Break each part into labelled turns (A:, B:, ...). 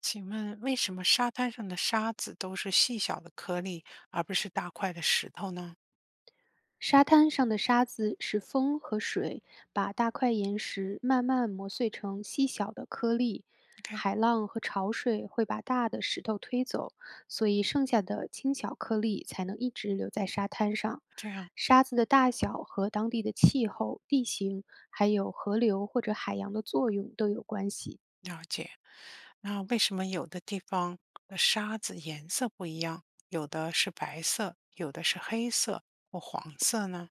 A: 请问为什么沙滩上的沙子都是细小的颗粒，而不是大块的石头呢
B: 沙滩上的沙子是风和水把大块岩石慢慢磨碎成细小的颗粒，
A: ？OK，
B: 海浪和潮水会把大的石头推走，所以剩下的轻小颗粒才能一直留在沙滩上。
A: 这样
B: 沙子的大小和当地的气候、地形，还有河流或者海洋的作用都有关系。
A: 了解。那为什么有的地方的沙子颜色不一样，有的是白色，有的是黑色或黄色呢？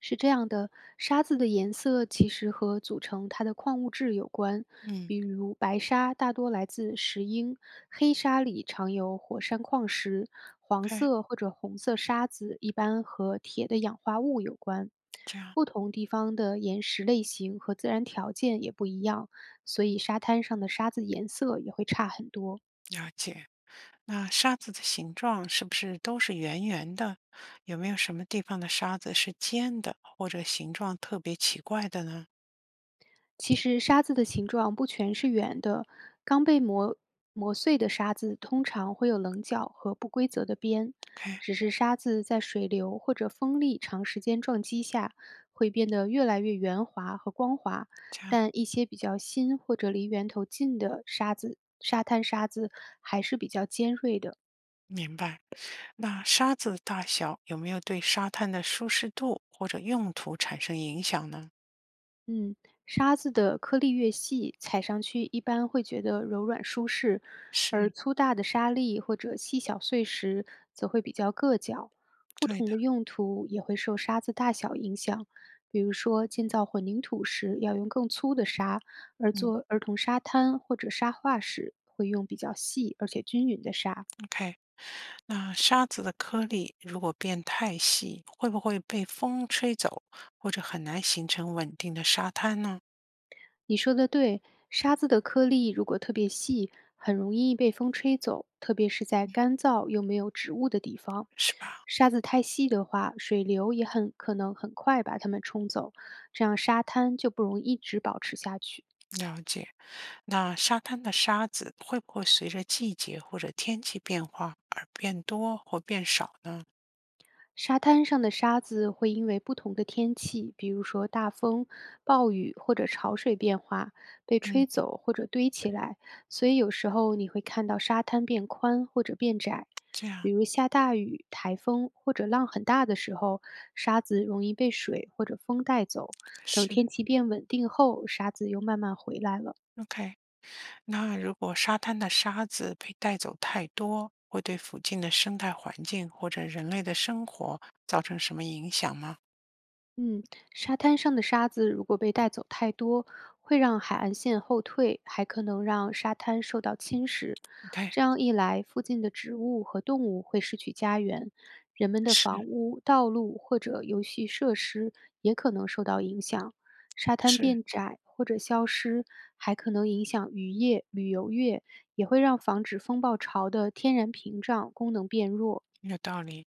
B: 是这样的，沙子的颜色其实和组成它的矿物质有关，
A: 嗯
B: 比如白沙大多来自石英，黑沙里常有火山矿石，黄
A: ，OK，
B: 色或者红色沙子一般和铁的氧化物有关。
A: 这样
B: 不同地方的岩石类型和自然条件也不一样，所以沙滩上的沙子颜色也会差很多。
A: 了解。那沙子的形状是不是都是圆圆的？有没有什么地方的沙子是尖的，或者形状特别奇怪的呢
B: 其实沙子的形状不全是圆的，刚被磨碎的沙子通常会有棱角和不规则的边，
A: ？OK，
B: 只是沙子在水流或者风力长时间撞击下，会变得越来越圆滑和光滑。
A: 这样
B: 但一些比较新或者离源头近的沙子，沙滩沙子还是比较尖锐的。
A: 明白。那沙子的大小有没有对沙滩的舒适度或者用途产生影响呢？
B: 嗯，沙子的颗粒越细，踩上去一般会觉得柔软舒适，而
A: 是
B: 粗大的沙粒或者细小碎石则会比较硌脚。不
A: 对
B: 同
A: 的，
B: 的用途也会受沙子大小影响，比如说建造混凝土时要用更粗的沙，而
A: 嗯
B: 做儿童沙滩或者沙画时会用比较细而且均匀的沙。
A: ，OK。那沙子的颗粒如果变太细，会不会被风吹走，或者很难形成稳定的沙滩呢？
B: 你说的对，沙子的颗粒如果特别细，很容易被风吹走，特别是在干燥又没有植物的地方。
A: 是吧？
B: 沙子太细的话，水流也很可能很快把它们冲走，这样沙滩就不容易一直保持下去。
A: 了解。那沙滩的沙子会不会随着季节或者天气变化而变多或变少呢？
B: 沙滩上的沙子会因为不同的天气，比如说大风、暴雨或者潮水变化，被
A: 嗯，
B: 吹走或者堆起来，所以有时候你会看到沙滩变宽或者变窄。
A: 这样
B: 比如下大雨、台风或者浪很大的时候，沙子容易被水或者风带走。等
A: 是
B: 天气变稳定后，沙子又慢慢回来了。
A: ，OK。那如果沙滩的沙子被带走太多，会对附近的生态环境或者人类的生活造成什么影响吗
B: 嗯，沙滩上的沙子如果被带走太多，会让海岸线后退，还可能让沙滩受到侵蚀。
A: ？OK，
B: 这样一来，附近的植物和动物会失去家园，人们的
A: 是
B: 房屋、道路或者游戏设施也可能受到影响。沙滩
A: 是，
B: 变窄或者消失，还可能影响渔业、旅游业，也会让防止风暴潮的天然屏障功能变弱。
A: 有道理。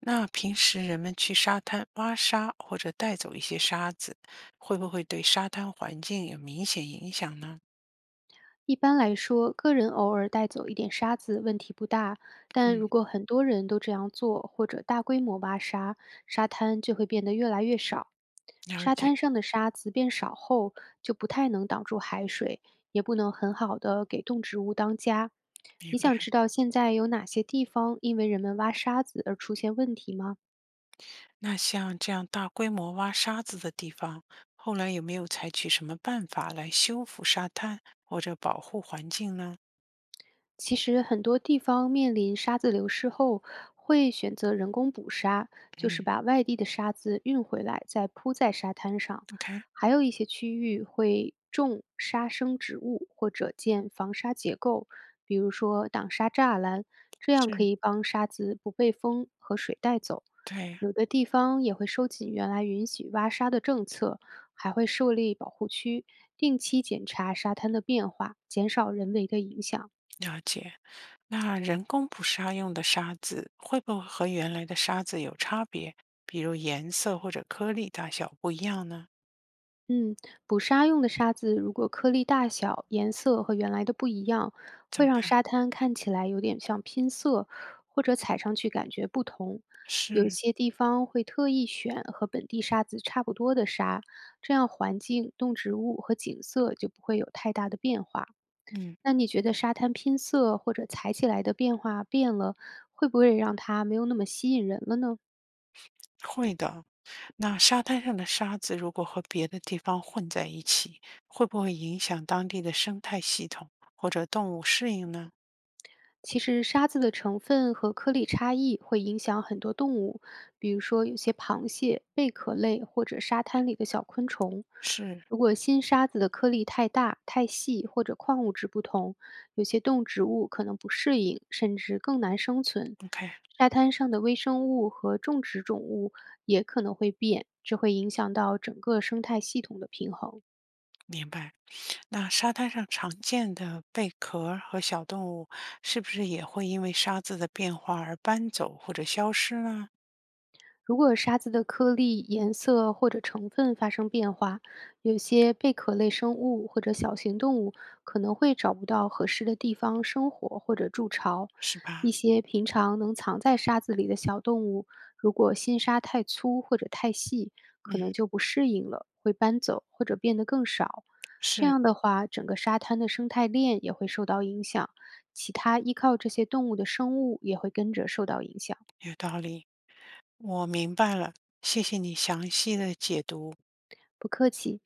A: 那平时人们去沙滩挖沙或者带走一些沙子，会不会对沙滩环境有明显影响呢？
B: 一般来说，个人偶尔带走一点沙子问题不大，但
A: 嗯，
B: 如果很多人都这样做，或者大规模挖沙，沙滩就会变得越来越少。
A: 了
B: 沙
A: 解，
B: 滩上的沙子变少后，就不太能挡住海水，也不能很好的给动植物当家。
A: 明
B: 你想
A: 白。
B: 知道现在有哪些地方因为人们挖沙子而出现问题吗？
A: 那像这样大规模挖沙子的地方，后来有没有采取什么办法来修复沙滩或者保护环境呢？
B: 其实很多地方面临沙子流失后，会选择人工补沙，就是
A: 嗯
B: 把外地的沙子运回来，再铺在沙滩上。
A: OK，
B: 还有一些区域会种沙生植物或者建防沙结构，比如说挡沙栅栏，这样可
A: 是，
B: 以帮沙子不被风和水带走。
A: 对，
B: 有的地方也会收紧原来允许挖沙的政策，还会设立保护区，定期检查沙滩的变化，减少人为的影响。
A: 了解。那人工捕杀用的沙子会不会和原来的沙子有差别？比如颜色或者颗粒大小不一样呢？
B: 嗯，捕沙用的沙子如果颗粒大小、颜色和原来的不一样，
A: 怎
B: 会
A: 么
B: 让
A: 办？
B: 沙滩看起来有点像拼色，或者踩上去感觉不同。有
A: 是，
B: 些地方会特意选和本地沙子差不多的沙，这样环境、动植物和景色就不会有太大的变化。
A: 嗯，
B: 那你觉得沙滩拼色或者踩起来的变化变了，会不会让它没有那么吸引人了呢？
A: 会的。那沙滩上的沙子如果和别的地方混在一起，会不会影响当地的生态系统或者动物适应呢？
B: 其实沙子的成分和颗粒差异会影响很多动物，比如说有些螃蟹、贝壳类或者沙滩里的小昆虫。
A: 是
B: 如果新沙子的颗粒太大、太细，或者矿物质不同，有些动植物可能不适应，甚至更难生存。
A: ，OK，
B: 沙滩上的微生物和种植种物也可能会变，这会影响到整个生态系统的平衡。
A: 明白。那沙滩上常见的贝壳儿和小动物，是不是也会因为沙子的变化而搬走或者消失呢？
B: 如果沙子的颗粒、颜色或者成分发生变化，有些贝壳类生物或者小型动物可能会找不到合适的地方生活或者筑巢。
A: 是吧？
B: 一些平常能藏在沙子里的小动物，如果新沙太粗或者太细，
A: 嗯，
B: 可能就不适应了，会搬走或者变得更少。这
A: 是，
B: 样的话，整个沙滩的生态链也会受到影响，其他依靠这些动物的生物也会跟着受到影响。
A: 有道理，我明白了，谢谢你详细的解读。
B: 不客气。